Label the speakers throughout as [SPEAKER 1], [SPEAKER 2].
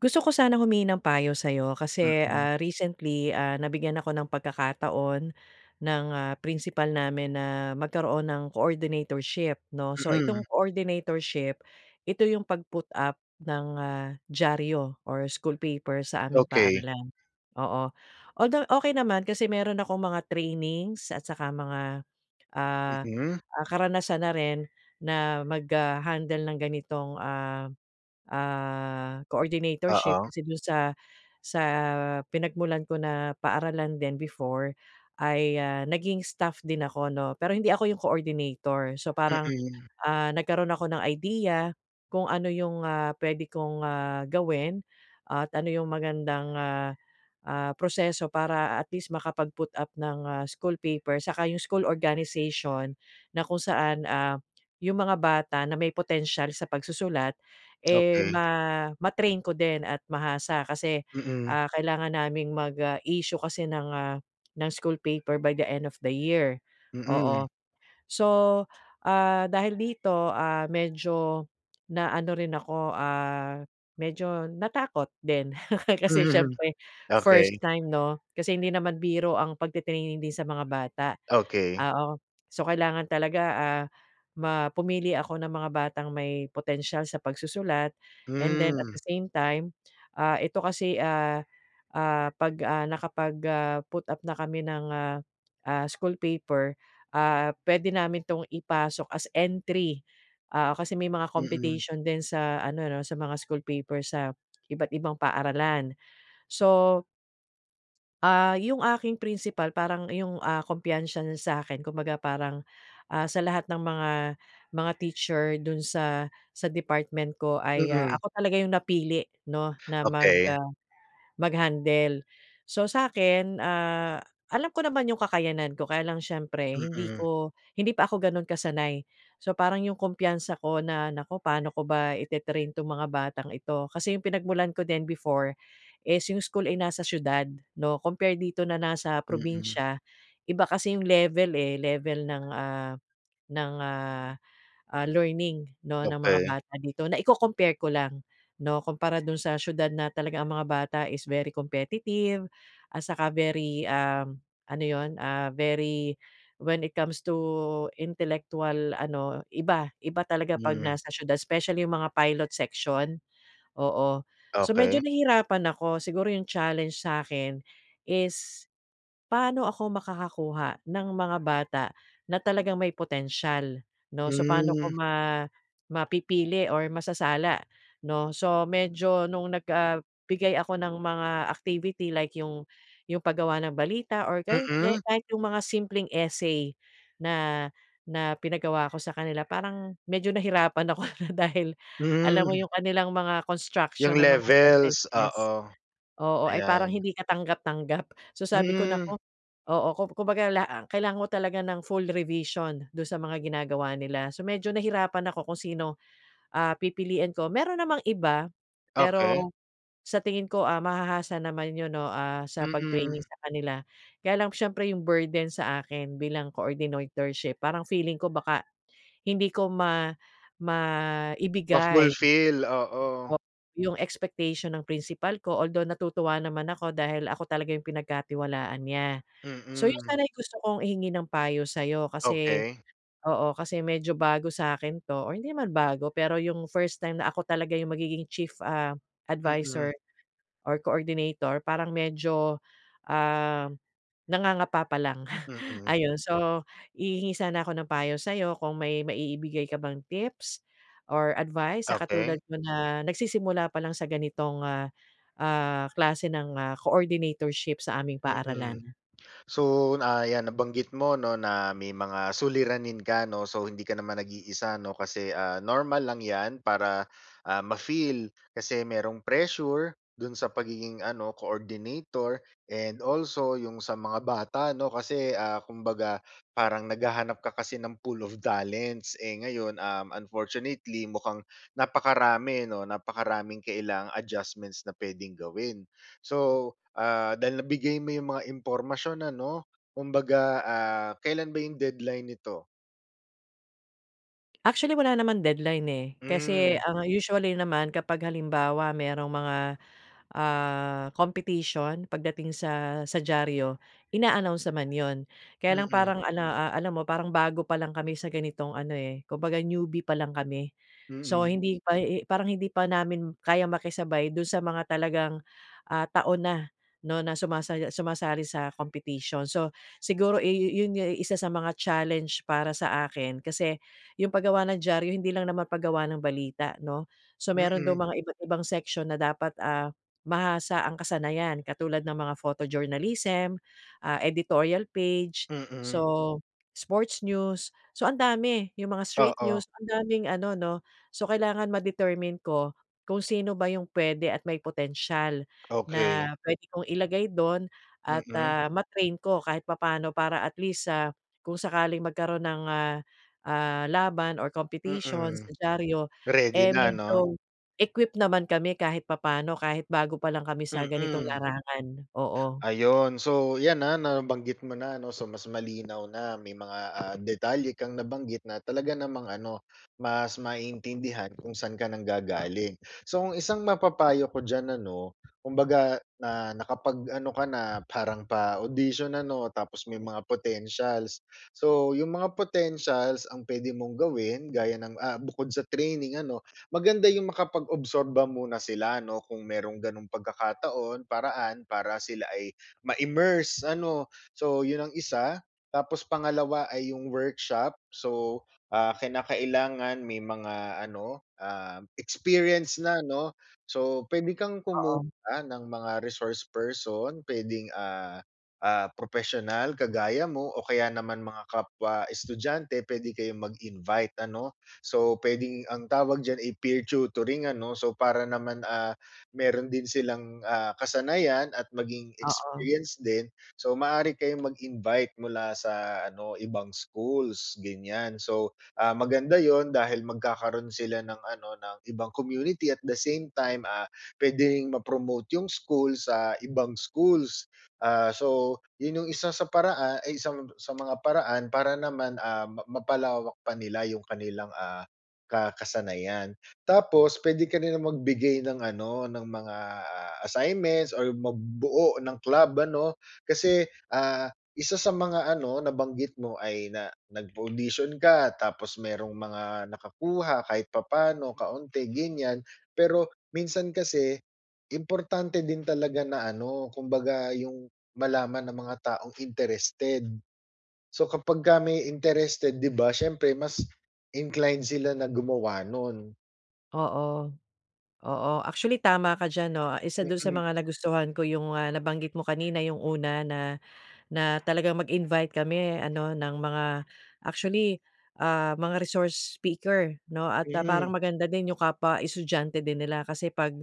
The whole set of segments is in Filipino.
[SPEAKER 1] Gusto ko sana humingi ng payo sa'yo kasi,
[SPEAKER 2] Mm,
[SPEAKER 1] recently, nabigyan ako ng pagkakataon ng, principal namin na magkaroon ng coordinatorship 'no. So
[SPEAKER 2] mm,
[SPEAKER 1] itong coordinatorship, ito yung pag-put up ng, dyaryo or school paper sa aming
[SPEAKER 2] okey,
[SPEAKER 1] paaralan, oo. Although okey naman kasi meron akong mga trainings at saka mga, ah,
[SPEAKER 2] mm,
[SPEAKER 1] karanasan na rin na mag, handle ng ganitong, coordinatorship
[SPEAKER 2] oo,
[SPEAKER 1] kasi dun sa pinagmulan ko na paaralan din before ay, naging staff din ako 'no, pero hindi ako yung coordinator. So, parang
[SPEAKER 2] mm,
[SPEAKER 1] nagkaroon ako ng idea kung ano yung, puwede kong, gawin at ano yung magandang, proseso para at least makapag-put up ng, school paper saka yung school organization na kung saan, yung mga bata na may potential sa pagsusulat, eh,
[SPEAKER 2] okey,
[SPEAKER 1] ma-train ko din at mahasa kasi,
[SPEAKER 2] mm,
[SPEAKER 1] kailangan naming mag, issue kasi ng school paper by the end of the year,
[SPEAKER 2] mm,
[SPEAKER 1] oo. So, dahil dito, medyo na ano rin ako, medyo natakot din. Kasi
[SPEAKER 2] mhm,
[SPEAKER 1] siyempre
[SPEAKER 2] okey,
[SPEAKER 1] first time 'no, kasi hindi naman biro ang pagte-training din sa mga bata.
[SPEAKER 2] okey,
[SPEAKER 1] Oo. So, kailangan talaga, ah, ma pumili ako ng mga batang may potensyal sa pagsusulat and then at
[SPEAKER 2] hmm,
[SPEAKER 1] the same time, ito kasi, 'pag, nakapag, put up na kami ng, school paper, pwede namin 'tong ipasok as entry. Kasi may mga
[SPEAKER 2] mm,
[SPEAKER 1] competition din sa ano 'no, sa mga school paper sa iba't ibang paaralan. So, yung aking principal parang yung, kumpiyansa niya sa'kin kumbaga parang, sa lahat ng mga teacher dun sa department ko ay,
[SPEAKER 2] mm,
[SPEAKER 1] ako talaga yung napili 'no, na mag,
[SPEAKER 2] okey,
[SPEAKER 1] ah mag-handle. So sa'kin, alam ko naman yung kakayanan ko kaya lang siyempre
[SPEAKER 2] mm,
[SPEAKER 1] hindi pa ako gano'n kasanay. So parang yung kumpiyansa ko na, naku paano ko ba ite-train 'tong mga batang ito? Kasi yung pinagmulan ko din before is yung school ay nasa siyudad 'no, compare dito na nasa
[SPEAKER 2] mm,
[SPEAKER 1] probinsya. Iba kasi yung level ng learning 'no, ng mga
[SPEAKER 2] okey,
[SPEAKER 1] bata dito. Naiko-compare ko lang 'no, kumpara dun sa siyudad na talaga ang mga bata is very competitive at saka very, ano yon, very when it comes to intellectual ano, iba, iba talaga 'pag
[SPEAKER 2] hmm,
[SPEAKER 1] nasa siyudad especially yung mga pilot section, oo. So medyo
[SPEAKER 2] okey,
[SPEAKER 1] nahirapan ako. Siguro yung challenge sa akin is paano ako makakakuha ng mga bata na talagang may potensyal, 'no? So, paano
[SPEAKER 2] hmm,
[SPEAKER 1] ko mapipili or masasala, 'no? So, medyo nung bigay ako ng mga activity like yung paggawa ng balita or kaya kaya
[SPEAKER 2] mm,
[SPEAKER 1] kahit yung mga simpleng essay na na pinagawa ko sa kanila parang medyo nahirapan ako na dahil alam mo
[SPEAKER 2] hmm,
[SPEAKER 1] yung kanilang mga
[SPEAKER 2] yung
[SPEAKER 1] construction ng mga
[SPEAKER 2] levels, oo,
[SPEAKER 1] sentences. Oo, ay parang
[SPEAKER 2] ayan,
[SPEAKER 1] hindi ka tanggap-tanggap. So, sabi ko,
[SPEAKER 2] hmm,
[SPEAKER 1] naku oo, kumbaga kailangan ko talaga ng full revision do sa mga ginagawa nila. So, medyo nahirapan ako kung sino, pipiliin ko. Meron namang iba,
[SPEAKER 2] okey, mm, okay,
[SPEAKER 1] pero sa tingin ko, mahahasa naman 'yun 'no, sa
[SPEAKER 2] mm-hmm,
[SPEAKER 1] pag-training sa kanila. Kaya lang siyempre yung burden sa akin bilang coordinatorship, parang feeling ko baka hindi ko maibigay
[SPEAKER 2] ma-fulfill,
[SPEAKER 1] o
[SPEAKER 2] oo,
[SPEAKER 1] yung expectation ng principal ko, although natutuwa naman ako dahil ako talaga yung pinagkatiwalaan niya. So yun
[SPEAKER 2] mm,
[SPEAKER 1] sana yung gusto kong ihingi ng payo sa'yo kasi
[SPEAKER 2] okey,
[SPEAKER 1] oo, kasi medyo bago sa akin 'to or hindi naman bago, pero yung first time na ako talaga yung magiging chief,
[SPEAKER 2] mm,
[SPEAKER 1] advisor or coordinator parang medyo, ah, nangangapa pa lang.
[SPEAKER 2] mm,
[SPEAKER 1] Ayun, so hihingi sana ako ng payo sa'yo kung may maibibigay ka bang tips or advice sa
[SPEAKER 2] okey,
[SPEAKER 1] katulad ko na nagsisimula pa lang sa ganitong, klase ng, coordinatorship sa aming paaralan.
[SPEAKER 2] mm. So, na 'yan nabanggit mo 'no na may mga suliranin ka 'no, so hindi ka naman nag-iisa 'no kasi, normal lang 'yan para, ma-feel kasi merong pressure dun sa pagiging ano coordinator, and also yung sa mga bata 'no kasi, kumbaga parang naghahanap ka kasi ng pool of talents, eh, ngayon, unfortunately mukhang napakarami 'no, napakaraming kailang adjustments na puwedeng gawin. So, dahil nabigay mo yung mga impormasyon ano, kumbaga, kailan ba yung deadline nito?
[SPEAKER 1] Actually, wala naman deadline, eh, kasi
[SPEAKER 2] Hmm,
[SPEAKER 1] ang usually naman kapag halimbawa merong mga competition pagdating sa diaryo, ina-announce naman 'yun. Kaya lang
[SPEAKER 2] mm,
[SPEAKER 1] parang alam mo parang bago pa lang kami sa ganitong ano, eh, kumbaga newbie pa lang kami. So
[SPEAKER 2] mm,
[SPEAKER 1] parang hindi pa namin kaya makisabay dun sa mga talagang, taon na 'no, na sumasali sa competition. So siguro, eh, yun nga isa sa mga challenge para sa akin kasi yung paggawa ng diaryo hindi lang naman paggawa ng balita 'no. So meron daw
[SPEAKER 2] mm,
[SPEAKER 1] mga iba't ibang section na dapat, mahasa ang kasanayan katulad ng mga photojournalism, editorial page,
[SPEAKER 2] mm.
[SPEAKER 1] so sports news. So ang dami, yung mga straight
[SPEAKER 2] Oo,
[SPEAKER 1] news, ang daming ano 'no. So kailangan ma-determine ko kung sino ba yung puwede at may potensyal
[SPEAKER 2] okey.
[SPEAKER 1] na pwede kong ilagay do'n
[SPEAKER 2] Mm,
[SPEAKER 1] at,
[SPEAKER 2] mm,
[SPEAKER 1] ah, ma ko kahit papaano para at least, kung sakaling magkaroon ng, laban or competition
[SPEAKER 2] mm.
[SPEAKER 1] sa diaryo,
[SPEAKER 2] Ready
[SPEAKER 1] eh,
[SPEAKER 2] na 'no?
[SPEAKER 1] medyo equipped naman kami kahit papaano, kahit bago pa lang kami sa ganitong
[SPEAKER 2] Mm.
[SPEAKER 1] larangan, oo.
[SPEAKER 2] Ayun. So 'yan, na nabanggit mo na ano, so mas malinaw na may mga, detalye kang nabanggit na talaga namang ano, mas maiintindihan kung saan ka nang gagaling. So ang isang mapapayo ko diyan ano, kumbaga na nakapag-ano ka na parang pa-audition ano, tapos may mga potentials. So yung mga potentials ang pwede mong gawin gaya ng, bukod sa training ano, maganda yung makapag-obserba muna sila 'no, kung merong gano'ng pagkakataon, paraan para sila ay ma-immerse ano. So yun ang isa, tapos pangalawa ay yung workshop. So, kinakailangan may mga ano, experience na 'no. So puwede kang
[SPEAKER 1] Oo,
[SPEAKER 2] kumuha ng mga resource person, puwedeng, propesyonal kagaya mo o kaya naman mga kapwa estudyante, puwede kayong mag-invite ano. So puwedeng ang tawag diyan ay peer tutoring ano. So para naman, meron din silang, kasanayan at maging
[SPEAKER 1] oo,
[SPEAKER 2] experience din. So, maaari kayong mag-invite mula sa ano, ibang schools, ganyan. So, maganda yon dahil magkakaroon sila ng ano, ng ibang community, at the same time, puwede ring ma-promote yung school sa ibang schools. So, 'yun yung isa sa paraa ay isang sa mga paraan para naman, mapalawak pa nila yung kanilang, kasanayan. Tapos puwede ka rin magbigay ng ano, ng mga, assignments or magbuo ng club ano. Kasi, isa sa mga ano nabanggit mo ay na nag-audition ka tapos merong mga nakakuha kahit papaano kaunti ganyan. Pero minsan kasi importante din talaga na ano, kumbaga yung malaman ng mga taong interested. So kapagka may interested, 'di ba siyempre mas inclined sila na gumawa nun.
[SPEAKER 1] oo, oo. Actually tama ka diyan 'no, isa dun sa
[SPEAKER 2] Mm.
[SPEAKER 1] mga nagustuhan ko yung, nabanggit mo kanina yung una na na talagang mag-invite kami ano ng mga actually, mga resource speaker 'no at,
[SPEAKER 2] Mm,
[SPEAKER 1] parang maganda din yung kapwa estudyante din nila kasi 'pag,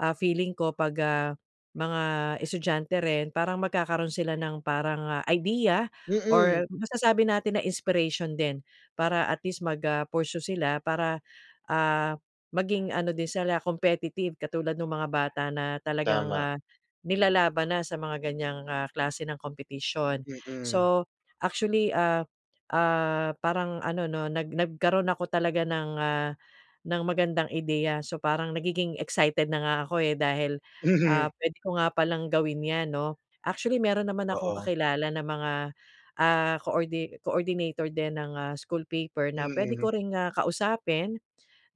[SPEAKER 1] feeling ko 'pag, mga estudyante rin parang magkakaroon sila ng parang, idea
[SPEAKER 2] mm.
[SPEAKER 1] or masasabi natin na inspiration din para at least mag, pursue sila para, ah, maging ano din sila competitive katulad nung mga bata na talagang,
[SPEAKER 2] Tama,
[SPEAKER 1] nilalaban na sa mga ganyang klase ng kompetisyon.
[SPEAKER 2] mm, mhm.
[SPEAKER 1] So, actually, parang ano 'no, nagkaroon ako talaga ng magandang ideya. So, parang nagiging excited na nga ako, eh, dahil, puwede ko nga palang gawin 'yan 'no. Actually, meron naman akong
[SPEAKER 2] Oo,
[SPEAKER 1] kakilala na mga, coordinator din ng, school paper na
[SPEAKER 2] mm,
[SPEAKER 1] puwede
[SPEAKER 2] mm.
[SPEAKER 1] ko ring, kausapin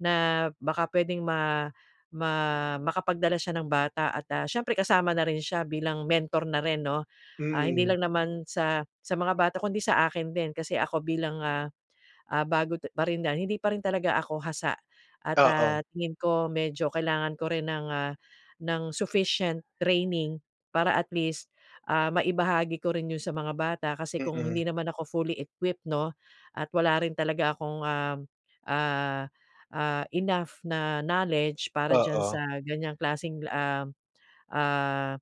[SPEAKER 1] na baka puwedeng ma ma makapagdala siya ng bata at, siyempre kasama na rin siya bilang mentor na rin 'no. Hindi lang naman sa mga bata kundi sa akin din kasi ako bilang, bago pa rin dahil hindi pa rin talaga ako hasa at,
[SPEAKER 2] Oo,
[SPEAKER 1] tingin ko medyo kailangan ko rin ng sufficient training para at least, maibahagi ko rin 'yun sa mga bata kasi kung
[SPEAKER 2] mm,
[SPEAKER 1] hindi naman ako fully equipped 'no, at wala rin talaga akong, ah, enough na knowledge para diyan
[SPEAKER 2] oo,
[SPEAKER 1] sa ganiyang klaseng, ah,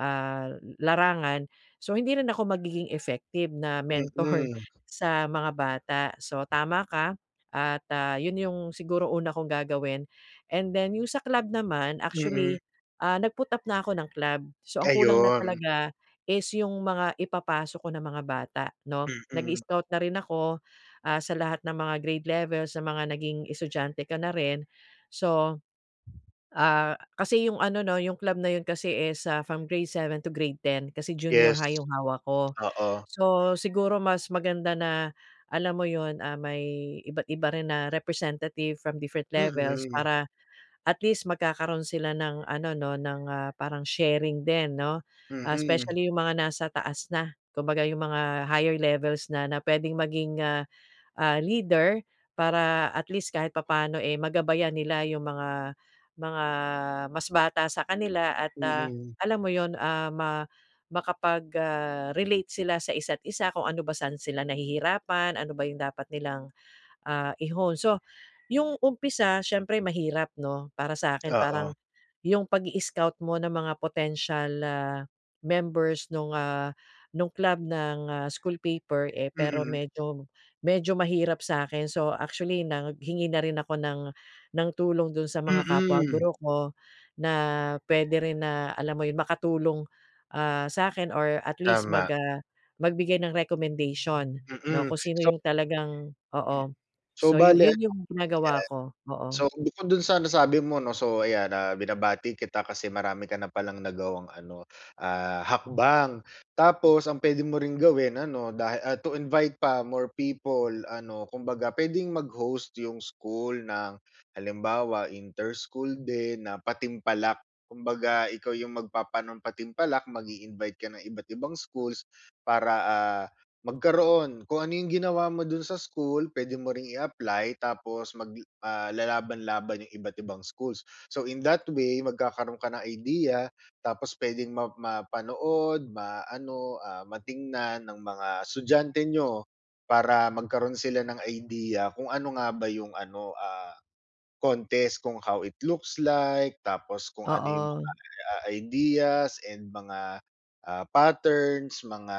[SPEAKER 1] ah, larangan. So, hindi rin ako magiging effective na mentor
[SPEAKER 2] mm,
[SPEAKER 1] sa mga bata. So, tama ka at, 'yun yung siguro una kong gagawin. And then yung sa club naman,
[SPEAKER 2] mm.
[SPEAKER 1] actually, nag-put up na ako ng club. So, ang kulang na
[SPEAKER 2] Ayun,
[SPEAKER 1] talaga is yung mga ipapasok ko na mga bata 'no.
[SPEAKER 2] mm.
[SPEAKER 1] Nag-i-scout na rin ako, sa lahat ng mga grade levels, sa mga naging estudyante ka na rin. So, kasi yung ano 'no, yung club na yun kasi is, from grade 7 to grade 10 kasi junior
[SPEAKER 2] Yes,
[SPEAKER 1] high yung hawak ko.
[SPEAKER 2] oo,
[SPEAKER 1] So, siguro mas maganda na alam mo yun, may iba't iba rin na representative from different levels
[SPEAKER 2] mm,
[SPEAKER 1] para at least magkakaroon sila ng ano 'no, ng, parang sharing din 'no. Ah,
[SPEAKER 2] mm,
[SPEAKER 1] especially yung mga nasa taas na, kumbaga yung mga higher levels na puwedeng maging, leader para at least kahit papaano, eh, magabayan nila yung mga mas bata sa kanila at,
[SPEAKER 2] mm.
[SPEAKER 1] alam mo yon ah, ma makapag, relate sila sa isa't isa kung ano ba saan sila nahihirapan, ano ba yung dapat nilang i-hone. So, yung umpisa siyempre mahirap 'no, para sa akin
[SPEAKER 2] Oo,
[SPEAKER 1] parang yung pag scout mo ng mga potential, members nung club ng, school paper, eh, pero
[SPEAKER 2] mm,
[SPEAKER 1] medyo medyo mahirap sa akin. So, actually naghingi na rin ako ng tulong dun sa mga kapwa
[SPEAKER 2] mm.
[SPEAKER 1] guro ko na puwede rin na alam mo yun, makatulong, sa akin or at least
[SPEAKER 2] Tama,
[SPEAKER 1] magbigay ng recommendation 'no,
[SPEAKER 2] mm.
[SPEAKER 1] kung sino
[SPEAKER 2] So
[SPEAKER 1] yung talagang oo.
[SPEAKER 2] so
[SPEAKER 1] So yu
[SPEAKER 2] bale
[SPEAKER 1] yun
[SPEAKER 2] ano
[SPEAKER 1] yung ginagawa
[SPEAKER 2] 'yan.
[SPEAKER 1] ko, oo.
[SPEAKER 2] So, bukod dun sa nasabi mo 'no, so ayan, binabati kita kasi marami ka na palang nagawang ano, hakbang. Tapos ang pwede mo ring gawin ano, to invite pa more people ano, kumbaga pwedeng mag-host yung school ng halimbawa inter-school din na patimpalak. Kumbaga ikaw yung magpapaano patimpalak, mag invite ka ng iba't ibang schools para, magkaroon, kung ano yung ginawa mo dun sa school puwede mo ring i-apply, tapos lalaban-laban yung iba't ibang schools. So, in that way magkakaroon ka ng idea, tapos puwedeng mapanood, maano, matingnan ng mga estudyante niyo para magkaroon sila ng idea kung ano nga ba yung ano, contest, kung how it looks like, tapos kung ano yung
[SPEAKER 1] Oo,
[SPEAKER 2] ideas and mga, patterns, mga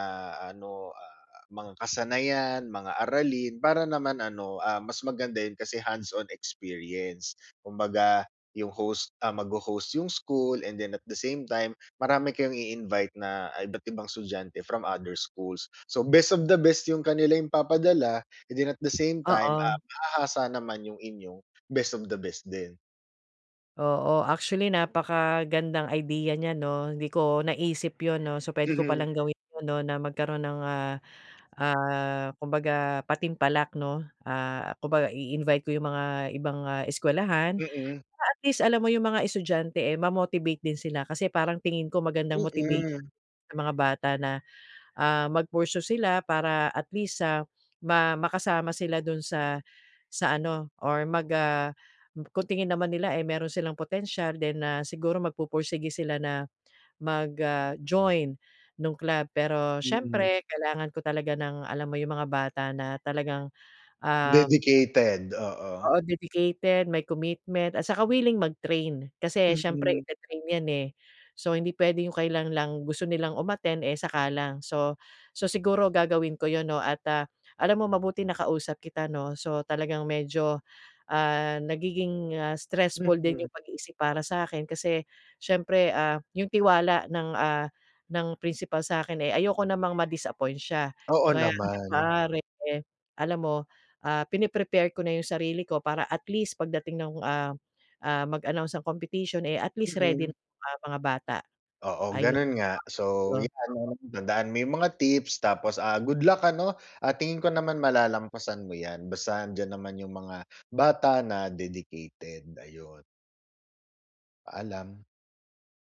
[SPEAKER 2] ano, mga kasanayan, mga aralin para naman ano, mas maganda yun kasi hands-on experience. Kumbaga yung host, magho-host yung school, and then at the same time marami kayong i-invite na iba't ibang estudyante from other schools. So best of the best yung kanila yung papadala, and then at the same time,
[SPEAKER 1] oo,
[SPEAKER 2] mahahasa naman yung inyong best of the best din.
[SPEAKER 1] oo. Actually napakagandang idea niya 'no, hindi ko naisip yun 'no. So puwede ko
[SPEAKER 2] Mhm,
[SPEAKER 1] palang gawin yun 'no na magkaroon ng, kumbaga patimpalak 'no. Kumbaga i-invite ko yung mga ibang, eskuwelahan
[SPEAKER 2] mm,
[SPEAKER 1] para at least alam mo yung mga estudyante, eh, ma-motivate din sila kasi parang tingin ko magandang
[SPEAKER 2] mm,
[SPEAKER 1] motivation
[SPEAKER 2] mm.
[SPEAKER 1] sa mga bata na ah, mag sila para at least, ah, ma makasama sila dun sa ano or kung tingin naman nila, eh, meron silang potential then, siguro magpupursige sila na mag, join nung club. Pero
[SPEAKER 2] Mm.
[SPEAKER 1] siyempre kailangan ko talaga ng alam mo yung mga bata na talagang, ah
[SPEAKER 2] Dedicated, oo.
[SPEAKER 1] oo, dedicated, may commitment at saka willing mag-train. Kasi siyempre
[SPEAKER 2] Mm,
[SPEAKER 1] ite-train 'yan, eh. So, hindi puwede yung kailan lang gusto nilang umattend, eh, saka lang. So siguro gagawin ko 'yun 'no at, alam mo mabuti nakausap kita 'no. So, talagang medyo, nagiging, stressful din
[SPEAKER 2] mm.
[SPEAKER 1] yung pag-iisip para sa akin kasi siyempre, yung tiwala ng principal sa akin eh, ayoko namang ma-disappoint siya.
[SPEAKER 2] Oo
[SPEAKER 1] Kaya hangga't
[SPEAKER 2] naman.
[SPEAKER 1] maaari, eh, alam mo, pine ko na yung sarili ko para at least pagdating ng mag-announce ng competition, eh, at least ready
[SPEAKER 2] Mm.
[SPEAKER 1] na yung, mga bata.
[SPEAKER 2] Oo,
[SPEAKER 1] Ayun.
[SPEAKER 2] ganon nga. So, yan
[SPEAKER 1] Salamat.
[SPEAKER 2] ano, tandaan mo yung mga tips tapos, good luck ano, tingin ko naman malalampasan mo yan basta andiyan naman yung mga bata na dedicated, ayun. Paalam.